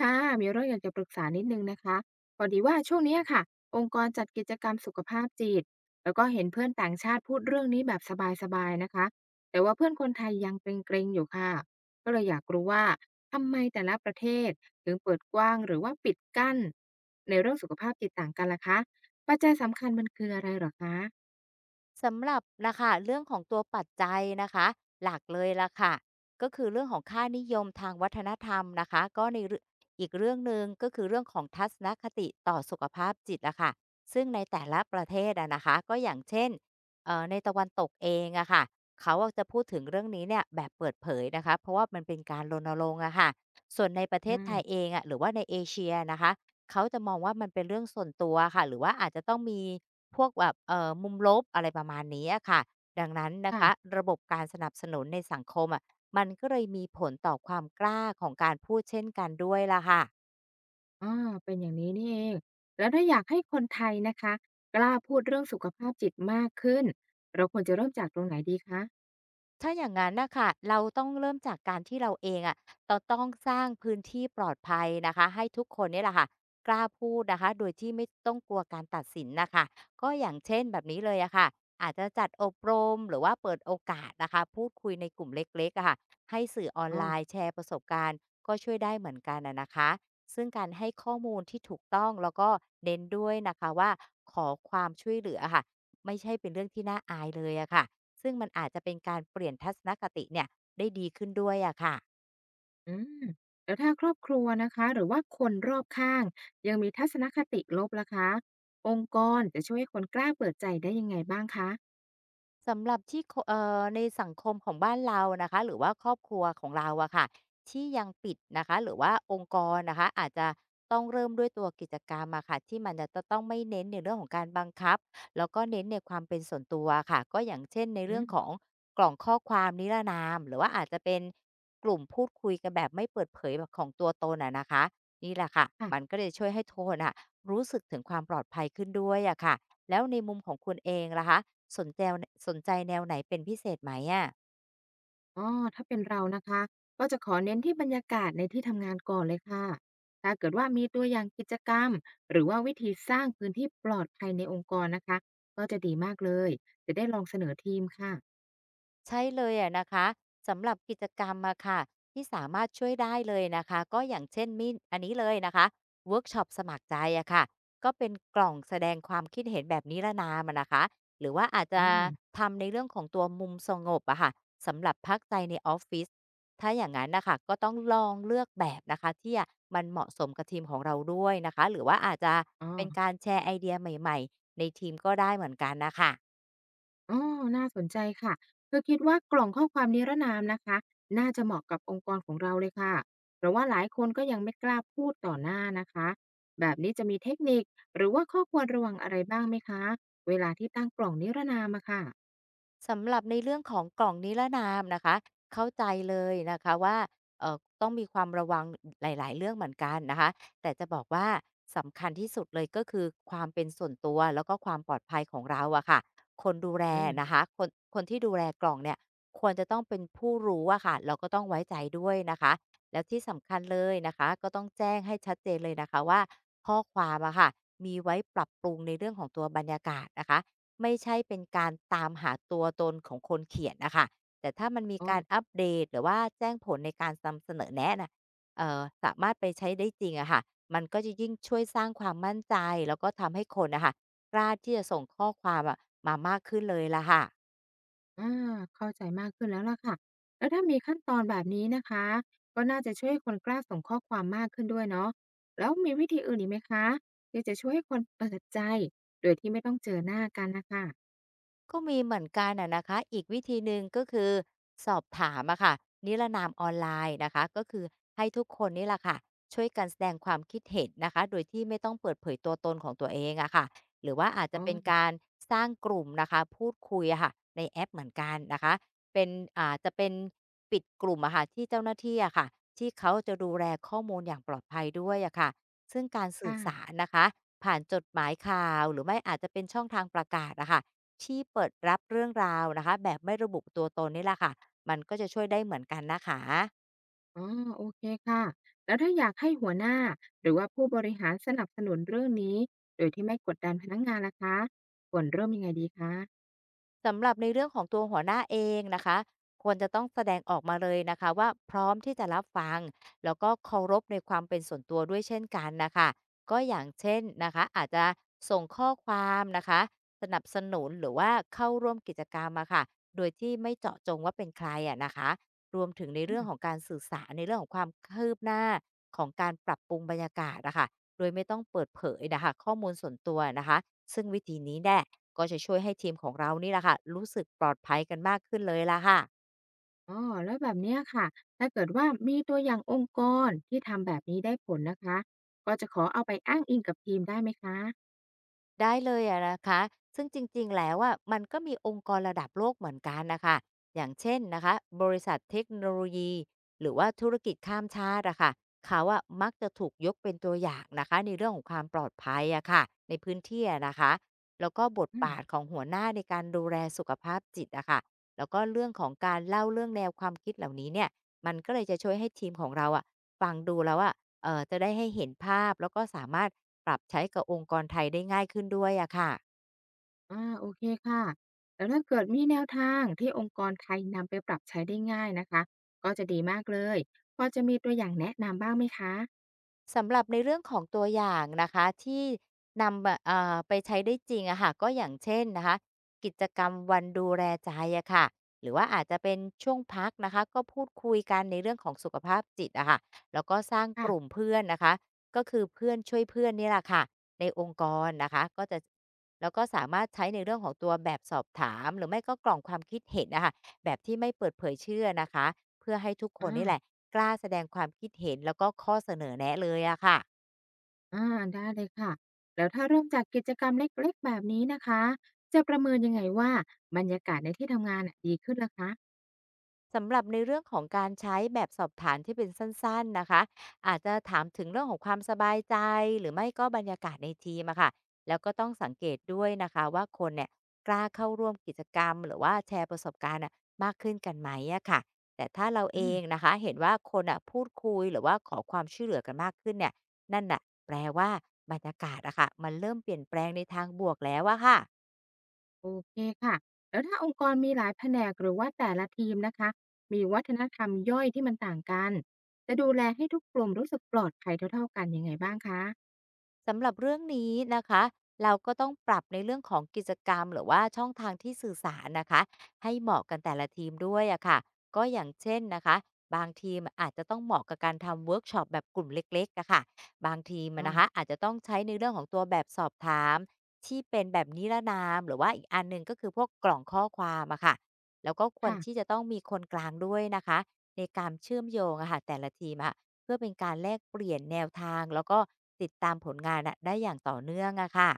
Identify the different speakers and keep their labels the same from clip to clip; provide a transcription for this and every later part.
Speaker 1: ค่ะมีเรื่องอยากจะปรึกษานิดนึงนะคะพอดีว่าช่วงเนี้ยค่ะองค์กรจัดกิจกรรมสุขภาพจิตแล้วก็เห็นเพื่อนต่างชาติพูดเรื่องนี้แบบสบายๆนะคะแต่ว่าเพื่อนคนไทยยังเกรงๆอยู่ค่ะก็เลยอยากรู้ว่าทำไมแต่ละประเทศถึงเปิดกว้างหรือว่าปิดกั้นในเรื่องสุขภาพจิตต่างกันล่ะคะปัจจัยสำคัญมันคืออะไรเหรอคะ
Speaker 2: สำหรับนะคะเรื่องของตัวปัจจัยนะคะหลักเลยล่ะค่ะก็คือเรื่องของค่านิยมทางวัฒนธรรมนะคะก็ในเรื่องอีกเรื่องหนึ่งก็คือเรื่องของทัศนคติต่อสุขภาพจิตอะค่ะซึ่งในแต่ละประเทศอะนะคะก็อย่างเช่นในตะวันตกเองอะค่ะเขาอะจะพูดถึงเรื่องนี้เนี่ยแบบเปิดเผยนะคะเพราะว่ามันเป็นการรณรงค์อะค่ะส่วนในประเท
Speaker 1: อื
Speaker 2: ศไท
Speaker 1: ม
Speaker 2: ยเองอะหรือว่าในเอเชียนะคะเขาจะมองว่ามันเป็นเรื่องส่วนตัวค่ะหรือว่าอาจจะต้องมี พวกแบบมุมลบอะไรประมาณนี้อะค่ะดังนั้นนะ
Speaker 1: ค่ะ
Speaker 2: คะระบบการสนับสนุนในสังคมอะมันก็เลยมีผลต่อความกล้าของการพูดเช่นกันด้วยล่ะค่ะ
Speaker 1: อาเป็นอย่างนี้นี่เอง แล้วถ้าอยากให้คนไทยนะคะกล้าพูดเรื่องสุขภาพจิตมากขึ้น เราควรจะเริ่มจากตรงไหนดีคะ
Speaker 2: ถ้าอย่างงั้นนะค่ะเราต้องเริ่มจากการที่เราเองอะะเราต้องสร้างพื้นที่ปลอดภัยนะคะให้ทุกคนเนี่ยแหละค่ะกล้าพูดนะคะโดยที่ไม่ต้องกลัวการตัดสินนะคะก็อย่างเช่นแบบนี้เลยอะค่ะอาจจะจัดอบรมหรือว่าเปิดโอกาสนะคะพูดคุยในกลุ่มเล็กๆอะค่ะให้สื่อออน
Speaker 1: อ๋อ
Speaker 2: ไลน์แชร์ประสบการณ์ก็ช่วยได้เหมือนกันอะนะคะซึ่งการให้ข้อมูลที่ถูกต้องแล้วก็เน้นด้วยนะคะว่าขอความช่วยเหลืออะค่ะไม่ใช่เป็นเรื่องที่น่าอายเลยอะค่ะ ซึ่งมันอาจจะเป็นการเปลี่ยนทัศนคติเนี่ยได้ดีขึ้นด้วยอะค่ะ
Speaker 1: อืม แล้วถ้าครอบครัวนะคะหรือว่าคนรอบข้างยังมีทัศนคติลบล่ะคะองค์กรจะช่วยให้คนกล้าเปิดใจได้ยังไงบ้างคะ
Speaker 2: สำหรับที่โคเอ่อในสังคมของบ้านเรานะคะหรือว่าครอบครัวของเราอะค่ะที่ยังปิดนะคะหรือว่าองค์กรนะคะอาจจะต้องเริ่มด้วยตัวกิจกรรมอะค่ะที่มันจะต้องไม่เน้นในเรื่องของการบังคับแล้วก็เน้นในความเป็นส่วนตัวค่ะก็อย่างเช่นใน
Speaker 1: อื
Speaker 2: เรื่องของ
Speaker 1: ม
Speaker 2: กล่องข้อความนิรนามหรือว่าอาจจะเป็นกลุ่มพูดคุยกันแบบไม่เปิดเผยแบบของตัวตนอะนะคะนี่แหละค่ะมัน
Speaker 1: ค่ะ
Speaker 2: ก็เลยช่วยให้ทุกคนอ่ะรู้สึกถึงความปลอดภัยขึ้นด้วยอะค่ะ แล้วในมุมของคุณเองล่ะคะสนใจสนใจแนวไหนเป็นพิเศษไหมอะ
Speaker 1: อ๋อถ้าเป็นเรานะคะก็จะขอเน้นที่บรรยากาศในที่ทำงานก่อนเลยค่ะถ้าเกิดว่ามีตัวอย่างกิจกรรมหรือว่าวิธีสร้างพื้นที่ปลอดภัยในองค์กรนะคะก็จะดีมากเลยจะได้ลองเสนอทีมค่ะ
Speaker 2: ใช่เลยอะนะคะสำหรับกิจกรรมอะค่ะที่สามารถช่วยได้เลยนะคะก็อย่างเช่นมินอันนี้เลยนะคะเวิร์กช็อปสมัครใจอะค่ะก็เป็นกล่องแสดงความคิดเห็นแบบนิรนามอะนะคะหรือว่าอาจ
Speaker 1: อื
Speaker 2: จะ
Speaker 1: ม
Speaker 2: ทำในเรื่องของตัวมุมสงบอะค่ะสำหรับพักใจในออฟฟิศถ้าอย่างนั้นนะคะก็ต้องลองเลือกแบบนะคะที่มันเหมาะสมกับทีมของเราด้วยนะคะหรือว่าอาจจะ
Speaker 1: อ๋อ
Speaker 2: เป็นการแชร์ไอเดียใหม่ๆในทีมก็ได้เหมือนกันนะคะ
Speaker 1: อ๋อน่าสนใจค่ะคือคิดว่ากล่องข้อความนิรนามนะคะน่าจะเหมาะกับองค์กรของเราเลยค่ะเพราะว่าหลายคนก็ยังไม่กล้าพูดต่อหน้านะคะแบบนี้จะมีเทคนิคหรือว่าข้อควรระวังอะไรบ้างไหมคะเวลาที่ตั้งกล่องนิรนามอะค่ะ
Speaker 2: สำหรับในเรื่องของกล่องนิรนามนะคะเข้าใจเลยนะคะว่าเอ่อต้องมีความระวังหลายๆเรื่องเหมือนกันนะคะแต่จะบอกว่าสำคัญที่สุดเลยก็คือความเป็นส่วนตัวแล้วก็ความปลอดภัยของเราอะค่ะคนดูแล
Speaker 1: อืม
Speaker 2: นะคะคนที่ดูแลกล่องเนี่ยควรจะต้องเป็นผู้รู้อะค่ะแล้วก็ต้องไว้ใจด้วยนะคะแล้วที่สำคัญเลยนะคะก็ต้องแจ้งให้ชัดเจนเลยนะคะว่าข้อความอะค่ะมีไว้ปรับปรุงในเรื่องของตัวบรรยากาศนะคะ ไม่ใช่เป็นการตามหาตัวตนของคนเขียนน่ะค่ะแต่ถ้ามันมี
Speaker 1: อ๋อ
Speaker 2: การอัปเดตหรือว่าแจ้งผลในการนำเสนอแนะน่ะสามารถไปใช้ได้จริงอะค่ะมันก็จะยิ่งช่วยสร้างความมั่นใจแล้วก็ทำให้คนน่ะค่ะกล้าที่จะส่งข้อความอะมามากขึ้นเลยล่ะค่ะ
Speaker 1: อาเข้าใจมากขึ้นแล้วล่ะค่ะแล้วถ้ามีขั้นตอนแบบนี้นะคะก็น่าจะช่วยให้คนกล้าส่งข้อความมากขึ้นด้วยเนาะแล้วมีวิธีอื่นอีกไหมคะที่จะช่วยให้คนเปิดใจโดยที่ไม่ต้องเจอหน้ากันนะคะ
Speaker 2: ก็มีเหมือนกันอะนะคะอีกวิธีหนึ่งก็คือสอบถามอะค่ะนิรนามออนไลน์นะคะก็คือให้ทุกคนนี่แหละค่ะช่วยกันแสดงความคิดเห็นนะคะโดยที่ไม่ต้องเปิดเผยตัวตนของตัวเองอะค่ะหรือว่าอาจจะ
Speaker 1: อ๋อ
Speaker 2: เป็นการสร้างกลุ่มนะคะพูดคุยอะค่ะในแอปเหมือนกันนะคะเป็นอาจจะเป็นปิดกลุ่มอะค่ะที่เจ้าหน้าที่อะค่ะที่เขาจะดูแลข้อมูลอย่างปลอดภัยด้วยอะค่ะซึ่งการสื่อสาร
Speaker 1: ค่ะ
Speaker 2: นะคะผ่านจดหมายข่าวหรือไม่อาจจะเป็นช่องทางประกาศอะค่ะ ที่เปิดรับเรื่องราวนะคะแบบไม่ระบุตัวตนนี่แหละค่ะมันก็จะช่วยได้เหมือนกันนะคะ
Speaker 1: อ๋อโอเคค่ะแล้วถ้าอยากให้หัวหน้าหรือว่าผู้บริหารสนับสนุนเรื่องนี้โดยที่ไม่กดดันพนักงานล่ะคะควรเริ่มยังไงดีคะ
Speaker 2: สำหรับในเรื่องของตัวหัวหน้าเองนะคะควรจะต้องแสดงออกมาเลยนะคะว่าพร้อมที่จะรับฟังแล้วก็เคารพในความเป็นส่วนตัวด้วยเช่นกันนะคะก็อย่างเช่นนะคะอาจจะส่งข้อความนะคะสนับสนุนหรือว่าเข้าร่วมกิจกรรมอะค่ะโดยที่ไม่เจาะจงว่าเป็นใครอะนะคะรวมถึงในเรื่องของการสื่อสารในเรื่องของความคืบหน้าของการปรับปรุงบรรยากาศนะคะ โดยไม่ต้องเปิดเผยนะคะข้อมูลส่วนตัวนะคะซึ่งวิธีนี้แน่ก็จะช่วยให้ทีมของเรานี่แหละค่ะรู้สึกปลอดภัยกันมากขึ้นเลยล่ะค่ะ
Speaker 1: อ๋อแล้วแบบเนี้ยค่ะถ้าเกิดว่ามีตัวอย่างองค์กรที่ทำแบบนี้ได้ผลนะคะ ก็จะขอเอาไปอ้างอิงกับทีมได้ไหมคะ
Speaker 2: ได้เลยอะนะคะซึ่งจริงๆ แล้วอะมันก็มีองค์กรระดับโลกเหมือนกันนะคะอย่างเช่นนะคะบริษัทเทคโนโลยีหรือว่าธุรกิจข้ามชาติอะค่ะเขาอะมักจะถูกยกเป็นตัวอย่างนะคะในเรื่องของความปลอดภัยอะค่ะในพื้นที่อะนะคะแล้วก็บท
Speaker 1: อืม
Speaker 2: บาทของหัวหน้าในการดูแลสุขภาพจิตอะค่ะแล้วก็เรื่องของการเล่าเรื่องแนวความคิดเหล่านี้เนี่ยมันก็เลยจะช่วยให้ทีมของเราอะฟังดูแล้วอะ จะได้ให้เห็นภาพแล้วก็สามารถปรับใช้กับองค์กรไทยได้ง่ายขึ้นด้วยอะค่ะ
Speaker 1: อ่าโอเคค่ะ แล้วถ้าเกิดมีแนวทางที่องค์กรไทยนำไปปรับใช้ได้ง่ายนะคะ ก็จะดีมากเลยพอจะมีตัวอย่างแนะนำบ้างไหมคะ
Speaker 2: สำหรับในเรื่องของตัวอย่างนะคะที่นำมาไปใช้ได้จริงอะค่ะก็อย่างเช่นนะคะกิจกรรมวันดูแลใจอะค่ะหรือว่าอาจจะเป็นช่วงพักนะคะก็พูดคุยกันในเรื่องของสุขภาพจิตอะค่ะแล้วก็สร้างก
Speaker 1: ค่ะ
Speaker 2: ลุ่มเพื่อนนะคะก็คือเพื่อนช่วยเพื่อนนี่แหละค่ะในองค์กรนะคะก็จะแล้วก็สามารถใช้ในเรื่องของตัวแบบสอบถามหรือไม่ก็กล่องความคิดเห็นนะคะแบบที่ไม่เปิดเผยชื่อนะคะ เพื่อให้ทุกคน
Speaker 1: อา
Speaker 2: นี่แหละกล้าแสดงความคิดเห็นแล้วก็ข้อเสนอแนะเลยอะค่ะ
Speaker 1: อาได้เลยค่ะแล้วถ้าเริ่มจากกิจกรรมเล็กๆแบบนี้นะคะ จะประเมินยังไงว่าบรรยากาศในที่ทำงานน่ะดีขึ้นล่ะคะ
Speaker 2: สำหรับในเรื่องของการใช้แบบสอบถามที่เป็นสั้นๆนะคะอาจจะถามถึงเรื่องของความสบายใจหรือไม่ก็บรรยากาศในทีมอะค่ะแล้วก็ต้องสังเกตด้วยนะคะว่าคนเนี่ยกล้าเข้าร่วมกิจกรรมหรือว่าแชร์ประสบการณ์อะมากขึ้นกันไหมอะค่ะแต่ถ้าเราเอ
Speaker 1: อืม
Speaker 2: งนะคะเห็นว่าคนอะพูดคุยหรือว่าขอความช่วยเหลือกันมากขึ้นเนี่ยนั่นน่ะแปลว่าบรรยากาศอะค่ะมันเริ่มเปลี่ยนแปลงในทางบวกแล้วอะค่ะ
Speaker 1: โอเคค่ะแล้วถ้าองค์กรมีหลายแผนกหรือว่าแต่ละทีมนะคะมีวัฒนธรรมย่อยที่มันต่างกันจะดูแลให้ทุกกลุ่มรู้สึกปลอดภัยเท่าๆกันยังไงบ้างคะ
Speaker 2: สำหรับเรื่องนี้นะคะเราก็ต้องปรับในเรื่องของกิจกรรมหรือว่าช่องทางที่สื่อสารนะคะให้เหมาะกันแต่ละทีมด้วยอะค่ะก็อย่างเช่นนะคะบางทีมอาจจะต้องเหมาะกับการทำเวิร์กช็อปแบบกลุ่มเล็กๆอะค่ะบางทีมอ
Speaker 1: อ๋อ
Speaker 2: นะคะอาจจะต้องใช้ในเรื่องของตัวแบบสอบถามที่เป็นแบบนิรนามหรือว่าอีกอันหนึงก็คือพวกกล่องข้อความอะค่ะแล้วก็ควรที่
Speaker 1: ค่ะ
Speaker 2: จะต้องมีคนกลางด้วยนะคะในการเชื่อมโยงอะค่ะแต่ละทีมอะ เพื่อเป็นการแลกเปลี่ยนแนวทางแล้วก็ติดตามผลงานอะได้อย่างต่อเนื่องอะค่ะ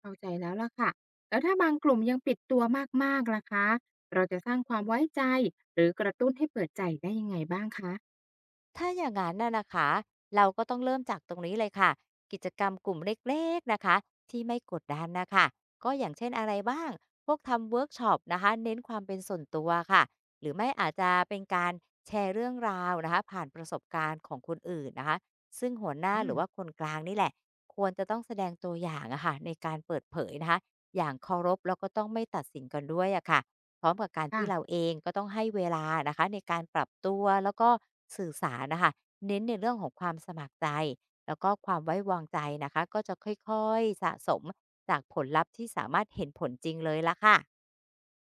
Speaker 1: เข้าใจแล้วล่ะค่ะแล้วถ้าบางกลุ่มยังปิดตัวมากๆล่ะคะเราจะสร้างความไว้ใจหรือกระตุ้นให้เปิดใจได้ยังไงบ้างคะ
Speaker 2: ถ้าอย่างนั้นน่ะนะคะเราก็ต้องเริ่มจากตรงนี้เลยค่ะกิจกรรมกลุ่มเล็กๆนะคะที่ไม่กดดันนะคะก็อย่างเช่นอะไรบ้างพวกทำเวิร์กช็อปนะคะเน้นความเป็นส่วนตัวค่ะหรือไม่อาจจะเป็นการแชร์เรื่องราวนะคะผ่านประสบการณ์ของคนอื่นนะคะซึ่งหัวหน้า
Speaker 1: อื
Speaker 2: หรื
Speaker 1: ม
Speaker 2: อว่าคนกลางนี่แหละควรจะต้องแสดงตัวอย่างอะค่ะในการเปิดเผยนะคะอย่างเคารพแล้วก็ต้องไม่ตัดสินกันด้วยอะค่ะ พร้อมกับการที่เรา
Speaker 1: ค่ะ
Speaker 2: เองก็ต้องให้เวลานะคะในการปรับตัวแล้วก็สื่อสารนะคะเน้นในเรื่องของความสมัครใจแล้วก็ความไว้วางใจนะคะก็จะค่อยๆสะสมจากผลลัพธ์ที่สามารถเห็นผลจริงเลยละค่ะ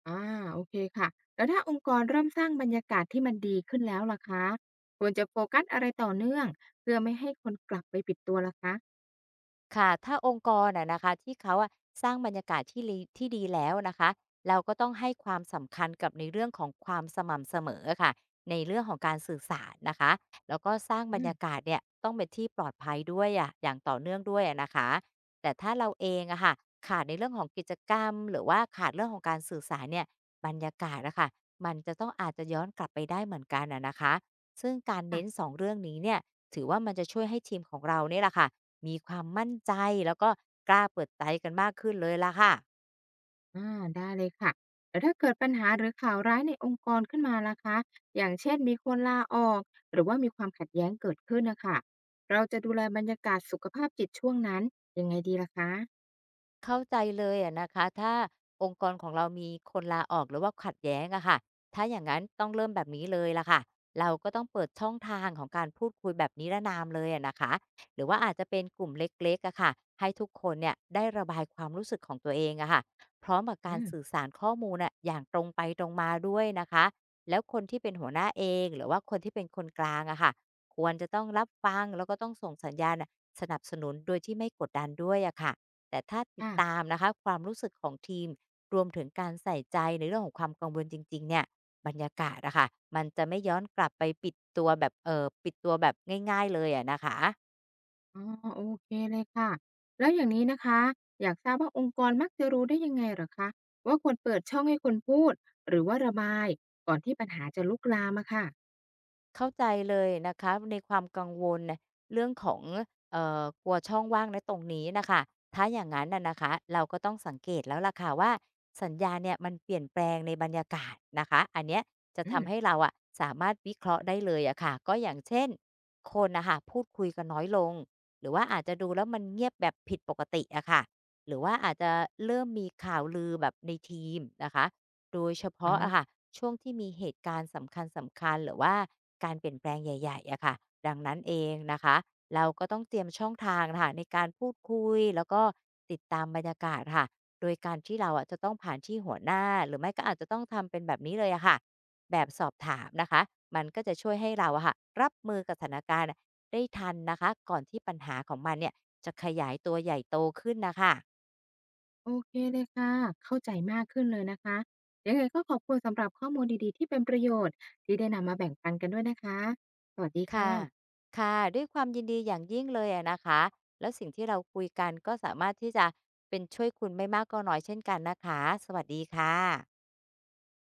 Speaker 1: อ่าโอเคค่ะแล้วถ้าองค์กรเริ่มสร้างบรรยากาศที่มันดีขึ้นแล้วล่ะคะควรจะโฟกัสอะไรต่อเนื่องเพื่อไม่ให้คนกลับไปปิดตัวล่ะคะ
Speaker 2: ค่ะถ้าองค์กรอะนะคะที่เขาอะสร้างบรรยากาศที่ดีแล้วนะคะเราก็ต้องให้ความสำคัญกับในเรื่องของความสม่ำเสมอค่ะในเรื่องของการสื่อสารนะคะแล้วก็สร้างบ
Speaker 1: อื
Speaker 2: รรยา
Speaker 1: ม
Speaker 2: กาศเนี่ยต้องเป็นที่ปลอดภัยด้วยอะอย่างต่อเนื่องด้วยอะนะคะแต่ถ้าเราเองอะค่ะขาดในเรื่องของกิจกรรมหรือว่าขาดเรื่องของการสื่อสารเนี่ยบรรยากาศอะค่ะมันจะต้องอาจจะย้อนกลับไปได้เหมือนกันอะนะคะซึ่งการ
Speaker 1: ค่ะ
Speaker 2: เน้นสองเรื่องนี้เนี่ยถือว่ามันจะช่วยให้ทีมของเราเนี่ยแหละค่ะ มีความมั่นใจแล้วก็กล้าเปิดใจกันมากขึ้นเลยล่ะค่ะ
Speaker 1: อาได้เลยค่ะแต่ถ้าเกิดปัญหาหรือข่าวร้ายในองค์กรขึ้นมาล่ะคะอย่างเช่นมีคนลาออกหรือว่ามีความขัดแย้งเกิดขึ้นนะคะเราจะดูแลบรรยากาศสุขภาพจิตช่วงนั้นยังไงดีล่ะคะ
Speaker 2: เข้าใจเลยอะนะคะถ้าองค์กรของเรามีคนลาออกหรือว่าขัดแย้งอะค่ะถ้าอย่างนั้นต้องเริ่มแบบนี้เลยละค่ะเราก็ต้องเปิดช่องทางของการพูดคุยแบบนิรนามเลยอะนะคะหรือว่าอาจจะเป็นกลุ่มเล็กๆอะค่ะให้ทุกคนเนี่ยได้ระบายความรู้สึกของตัวเองอะค่ะพร้อมกับ
Speaker 1: อื
Speaker 2: การสื่อ
Speaker 1: ม
Speaker 2: สารข้อมูลอะอย่างตรงไปตรงมาด้วยนะคะแล้วคนที่เป็นหัวหน้าเองหรือว่าคนที่เป็นคนกลางอะค่ะควรจะต้องรับฟังแล้วก็ต้องส่งสัญญาณสนับสนุนโดยที่ไม่กดดันด้วยอะค่ะ แต่ถ้าติดตา
Speaker 1: ค่ะ
Speaker 2: มนะคะความรู้สึกของทีมรวมถึงการใส่ใจในเรื่องของความกังวลจริงๆเนี่ยบรรยากาศอะค่ะมันจะไม่ย้อนกลับไปปิดตัวแบบปิดตัวแบบง่ายๆเลยอะนะคะ
Speaker 1: อ๋อโอเคเลยค่ะแล้วอย่างนี้นะคะอยากทราบว่าองค์กรมักจะรู้ได้ยังไงเหรอคะว่าควรเปิดช่องให้คนพูดหรือว่าระบายก่อนที่ปัญหาจะลุกลามอะค่ะ
Speaker 2: เข้าใจเลยนะคะในความกังวลเรื่องของกลัวช่องว่างในตรงนี้นะคะถ้าอย่างงั้นน่ะนะคะเราก็ต้องสังเกตแล้วล่ะค่ะว่าสัญญาณเนี่ยมันเปลี่ยนแปลงในบรรยากาศนะคะอันเนี้ยจะ
Speaker 1: อื
Speaker 2: ทำ
Speaker 1: ม
Speaker 2: ให้เราอะสามารถวิเคราะห์ได้เลยอะค่ะก็อย่างเช่นคนนะคะพูดคุยกันน้อยลงหรือว่าอาจจะดูแล้วมันเงียบแบบผิดปกติอะค่ะหรือว่าอาจจะเริ่มมีข่าวลือแบบในทีมนะคะ โดยเฉ
Speaker 1: อ๋
Speaker 2: พาะ
Speaker 1: อ
Speaker 2: อะค่ะช่วงที่มีเหตุการณ์สำคัญหรือว่าการเปลี่ยนแปลงใหญ่ๆอะค่ะดังนั้นเองนะคะเราก็ต้องเตรียมช่องทางนะค่ะในการพูดคุยแล้วก็ติดตามบรรยากาศค่ะโดยการที่เราอะจะต้องผ่านที่หัวหน้าหรือไม่ก็อาจจะต้องทำเป็นแบบนี้เลยอะค่ะแบบสอบถามนะคะมันก็จะช่วยให้เราอะค่ะรับมือกับสถานการณ์ได้ทันนะคะก่อนที่ปัญหาของมันเนี่ยจะขยายตัวใหญ่โตขึ้นนะคะ
Speaker 1: โอเคเลยค่ะเข้าใจมากขึ้นเลยนะคะยังไงก็ขอบคุณสำหรับข้อมูลดีๆที่เป็นประโยชน์ที่ได้นำมาแบ่งปันกันด้วยนะคะสวัสดีค
Speaker 2: ค่ะ
Speaker 1: ่ะ
Speaker 2: ค่ะ ด้วยความยินดีอย่างยิ่งเลยอะนะคะแล้วสิ่งที่เราคุยกันก็สามารถที่จะเป็นช่วยคุณไม่มากก็น้อยเช่นกันนะคะ สวัสดีค่ะ